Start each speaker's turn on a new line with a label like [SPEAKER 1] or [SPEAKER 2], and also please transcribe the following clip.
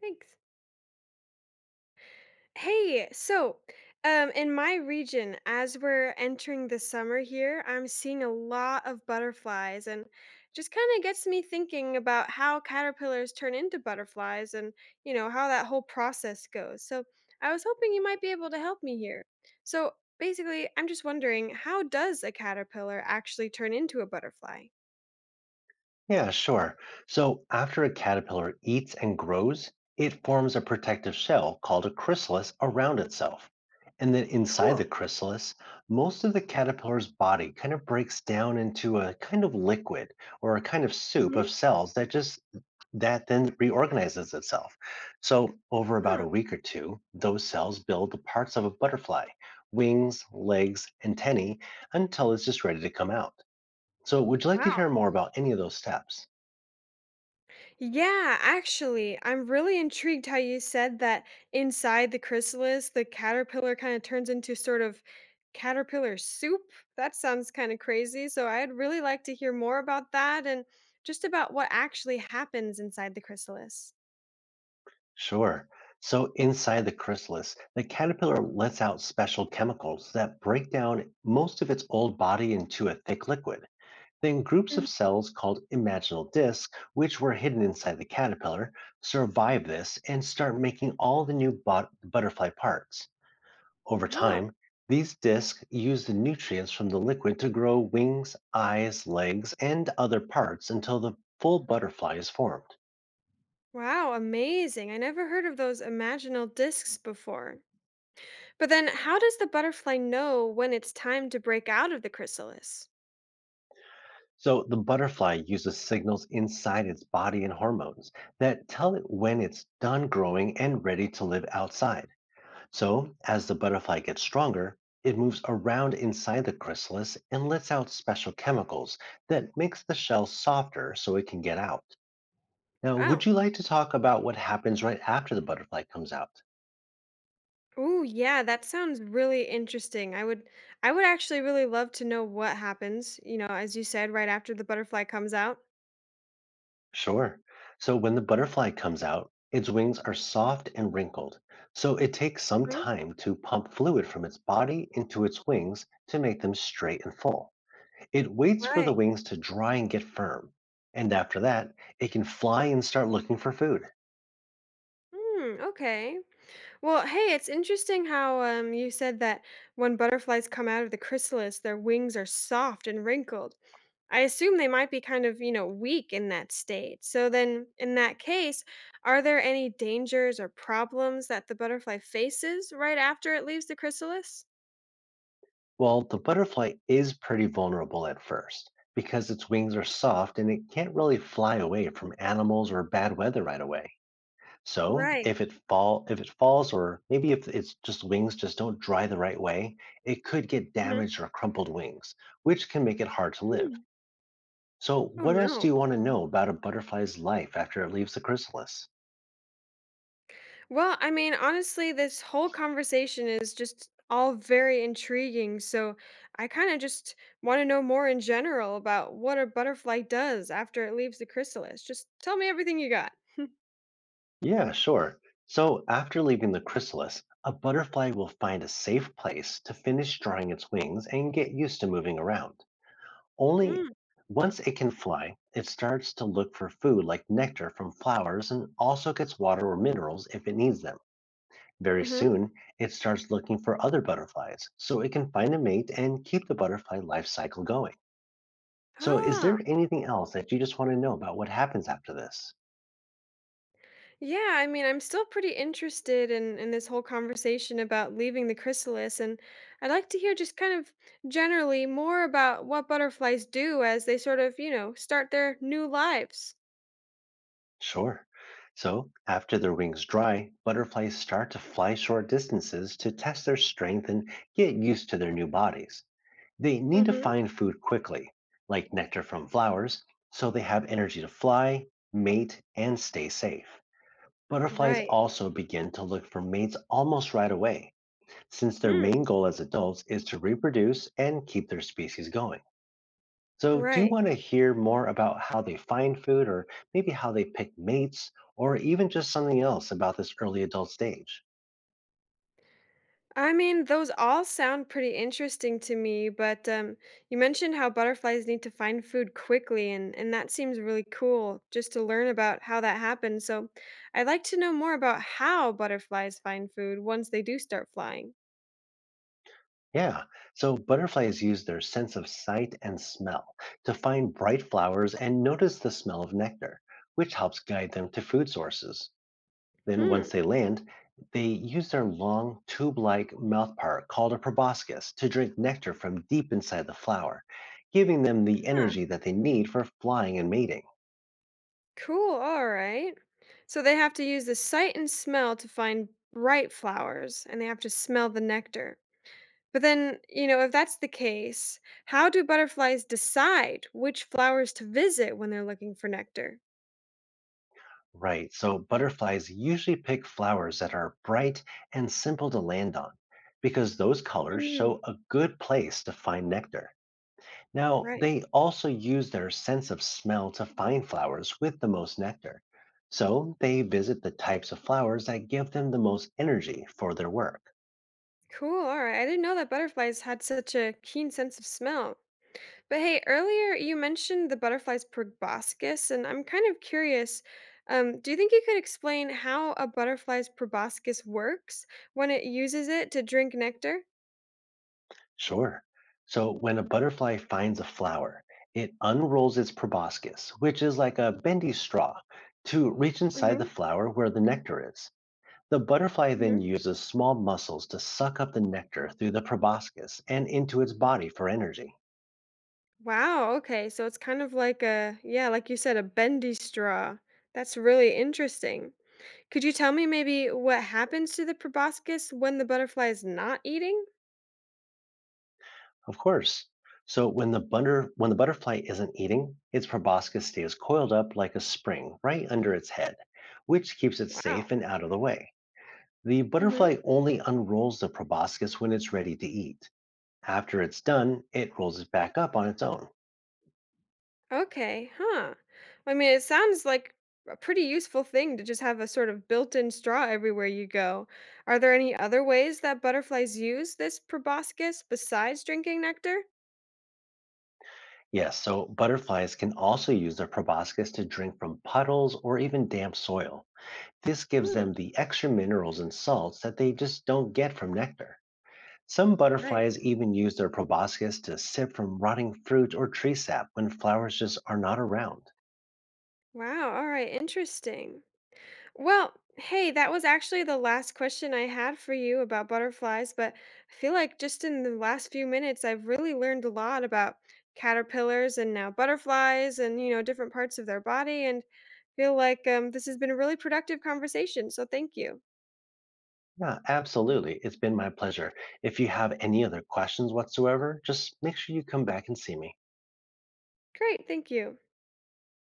[SPEAKER 1] Thanks. Hey, so in my region, as we're entering the summer here, I'm seeing a lot of butterflies and just kind of gets me thinking about how caterpillars turn into butterflies and, how that whole process goes. So, I was hoping you might be able to help me here. So basically, I'm just wondering, how does a caterpillar actually turn into a butterfly?
[SPEAKER 2] Yeah, sure. So after a caterpillar eats and grows, it forms a protective shell called a chrysalis around itself. And then inside the
[SPEAKER 1] Cool.
[SPEAKER 2] chrysalis, most of the caterpillar's body kind of breaks down into a kind of liquid or a kind of soup
[SPEAKER 1] Hmm.
[SPEAKER 2] of cells that just that then reorganizes itself. So over about a week or two, those cells build the parts of a butterfly, wings, legs, antennae, until it's just ready to come out. So would you like to
[SPEAKER 1] Wow.
[SPEAKER 2] hear more about any of those steps?
[SPEAKER 1] Yeah, actually, I'm really intrigued how you said that inside the chrysalis, the caterpillar kind of turns into sort of caterpillar soup. That sounds kind of crazy. So I'd really like to hear more about that and just about what actually happens inside the chrysalis.
[SPEAKER 2] Sure. So inside the chrysalis, the caterpillar lets out special chemicals that break down most of its old body into a thick liquid. Then groups
[SPEAKER 1] Mm.
[SPEAKER 2] of cells called imaginal discs, which were hidden inside the caterpillar, survive this and start making all the new butterfly parts. Over
[SPEAKER 1] Oh,
[SPEAKER 2] time, these discs use the nutrients from the liquid to grow wings, eyes, legs, and other parts until the full butterfly is formed.
[SPEAKER 1] wow, amazing. I never heard of those imaginal discs before. But then how does the butterfly know when it's time to break out of the chrysalis?
[SPEAKER 2] So the butterfly uses signals inside its body and hormones that tell it when it's done growing and ready to live outside. So as the butterfly gets stronger, it moves around inside the chrysalis and lets out special chemicals that makes the shell softer so it can get out. Now, would
[SPEAKER 1] Wow.
[SPEAKER 2] you like to talk about what happens right after the butterfly comes out?
[SPEAKER 1] Oh yeah, that sounds really interesting. I would actually really love to know what happens, as you said, right after the butterfly comes out.
[SPEAKER 2] Sure. So when the butterfly comes out, its wings are soft and wrinkled. So it takes some
[SPEAKER 1] Mhm.
[SPEAKER 2] time to pump fluid from its body into its wings to make them straight and full. It waits for the
[SPEAKER 1] Right.
[SPEAKER 2] wings to dry and get firm. And after that, it can fly and start looking for food.
[SPEAKER 1] Hmm, okay. Well, hey, it's interesting how you said that when butterflies come out of the chrysalis, their wings are soft and wrinkled. I assume they might be kind of, weak in that state. So then in that case, are there any dangers or problems that the butterfly faces right after it leaves the chrysalis?
[SPEAKER 2] Well, the butterfly is pretty vulnerable at first because its wings are soft and it can't really fly away from animals or bad weather right away. So
[SPEAKER 1] Right.
[SPEAKER 2] if it falls or maybe if its just wings just don't dry the right way, it could get damaged or crumpled wings, which can make it hard to live.
[SPEAKER 1] Mhm.
[SPEAKER 2] So
[SPEAKER 1] Oh,
[SPEAKER 2] what else do
[SPEAKER 1] no.
[SPEAKER 2] you want to know about a butterfly's life after it leaves the chrysalis?
[SPEAKER 1] Well, I mean, honestly, this whole conversation is just all very intriguing. So I kind of just want to know more in general about what a butterfly does after it leaves the chrysalis. Just tell me everything you got.
[SPEAKER 2] Yeah, sure. So after leaving the chrysalis, a butterfly will find a safe place to finish drying its wings and get used to moving around. Only
[SPEAKER 1] Mm.
[SPEAKER 2] once it can fly, it starts to look for food like nectar from flowers and also gets water or minerals if it needs them. Very
[SPEAKER 1] Mm-hmm.
[SPEAKER 2] soon, it starts looking for other butterflies so it can find a mate and keep the butterfly life cycle going. So, is
[SPEAKER 1] Ah,
[SPEAKER 2] there anything else that you just want to know about what happens after this?
[SPEAKER 1] yeah. I mean, I'm still pretty interested in this whole conversation about leaving the chrysalis, and I'd like to hear just kind of generally more about what butterflies do as they sort of, start their new lives.
[SPEAKER 2] Sure. So, after their wings dry, butterflies start to fly short distances to test their strength and get used to their new bodies. They need to
[SPEAKER 1] Mm-hmm.
[SPEAKER 2] find food quickly, like nectar from flowers, so they have energy to fly, mate, and stay safe. Butterflies
[SPEAKER 1] Right.
[SPEAKER 2] also begin to look for mates almost right away since their
[SPEAKER 1] Hmm.
[SPEAKER 2] main goal as adults is to reproduce and keep their species going. So, do you
[SPEAKER 1] Right.
[SPEAKER 2] want to hear more about how they find food or maybe how they pick mates or even just something else about this early adult stage?
[SPEAKER 1] I mean, those all sound pretty interesting to me, but you mentioned how butterflies need to find food quickly, and that seems really cool just to learn about how that happens. So I'd like to know more about how butterflies find food once they do start flying.
[SPEAKER 2] Yeah, so butterflies use their sense of sight and smell to find bright flowers and notice the smell of nectar, which helps guide them to food sources. Then,
[SPEAKER 1] Hmm.
[SPEAKER 2] once they land, they use their long, tube like mouthpart called a proboscis to drink nectar from deep inside the flower, giving them the
[SPEAKER 1] Huh.
[SPEAKER 2] energy that they need for flying and mating.
[SPEAKER 1] Cool. All right. So they have to use the sight and smell to find bright flowers, and they have to smell the nectar. But then, if that's the case, how do butterflies decide which flowers to visit when they're looking for nectar?
[SPEAKER 2] Right, so butterflies usually pick flowers that are bright and simple to land on because those colors
[SPEAKER 1] Mm,
[SPEAKER 2] show a good place to find nectar. Now,
[SPEAKER 1] right.
[SPEAKER 2] they also use their sense of smell to find flowers with the most nectar. So, they visit the types of flowers that give them the most energy for their work.
[SPEAKER 1] Cool. All right. I didn't know that butterflies had such a keen sense of smell. But hey, earlier you mentioned the butterfly's proboscis, and I'm kind of curious. Do you think you could explain how a butterfly's proboscis works when it uses it to drink nectar?
[SPEAKER 2] Sure. So, when a butterfly finds a flower, it unrolls its proboscis, which is like a bendy straw, to reach inside the
[SPEAKER 1] Mm-hmm.
[SPEAKER 2] flower where the nectar is. The butterfly then uses small muscles to suck up the nectar through the proboscis and into its body for energy.
[SPEAKER 1] Wow, okay. So it's kind of like a, yeah, like you said, a bendy straw. That's really interesting. Could you tell me maybe what happens to the proboscis when the butterfly is not eating?
[SPEAKER 2] Of course. So when the butter when the butterfly isn't eating, its proboscis stays coiled up like a spring right under its head, which keeps it
[SPEAKER 1] Wow.
[SPEAKER 2] safe and out of the way. The
[SPEAKER 1] Hmm.
[SPEAKER 2] butterfly only unrolls the proboscis when it's ready to eat. After it's done, it rolls it back up on its own.
[SPEAKER 1] Okay, huh. I mean, it sounds like a pretty useful thing to just have a sort of built-in straw everywhere you go. Are there any other ways that butterflies use this proboscis besides drinking nectar?
[SPEAKER 2] Yes, so butterflies can also use their proboscis to drink from puddles or even damp soil. This gives
[SPEAKER 1] Hmm,
[SPEAKER 2] them the extra minerals and salts that they just don't get from nectar. Some
[SPEAKER 1] right.
[SPEAKER 2] butterflies even use their proboscis to sip from rotting fruit or tree sap when flowers just are not around.
[SPEAKER 1] Wow, all right, interesting. Well, hey, that was actually the last question I had for you about butterflies, but I feel like just in the last few minutes, I've really learned a lot about caterpillars and now butterflies and, different parts of their body. And feel like this has been a really productive conversation. So thank you.
[SPEAKER 2] Yeah, absolutely. It's been my pleasure. If you have any other questions whatsoever, just make sure you come back and see me.
[SPEAKER 1] Great. Thank you.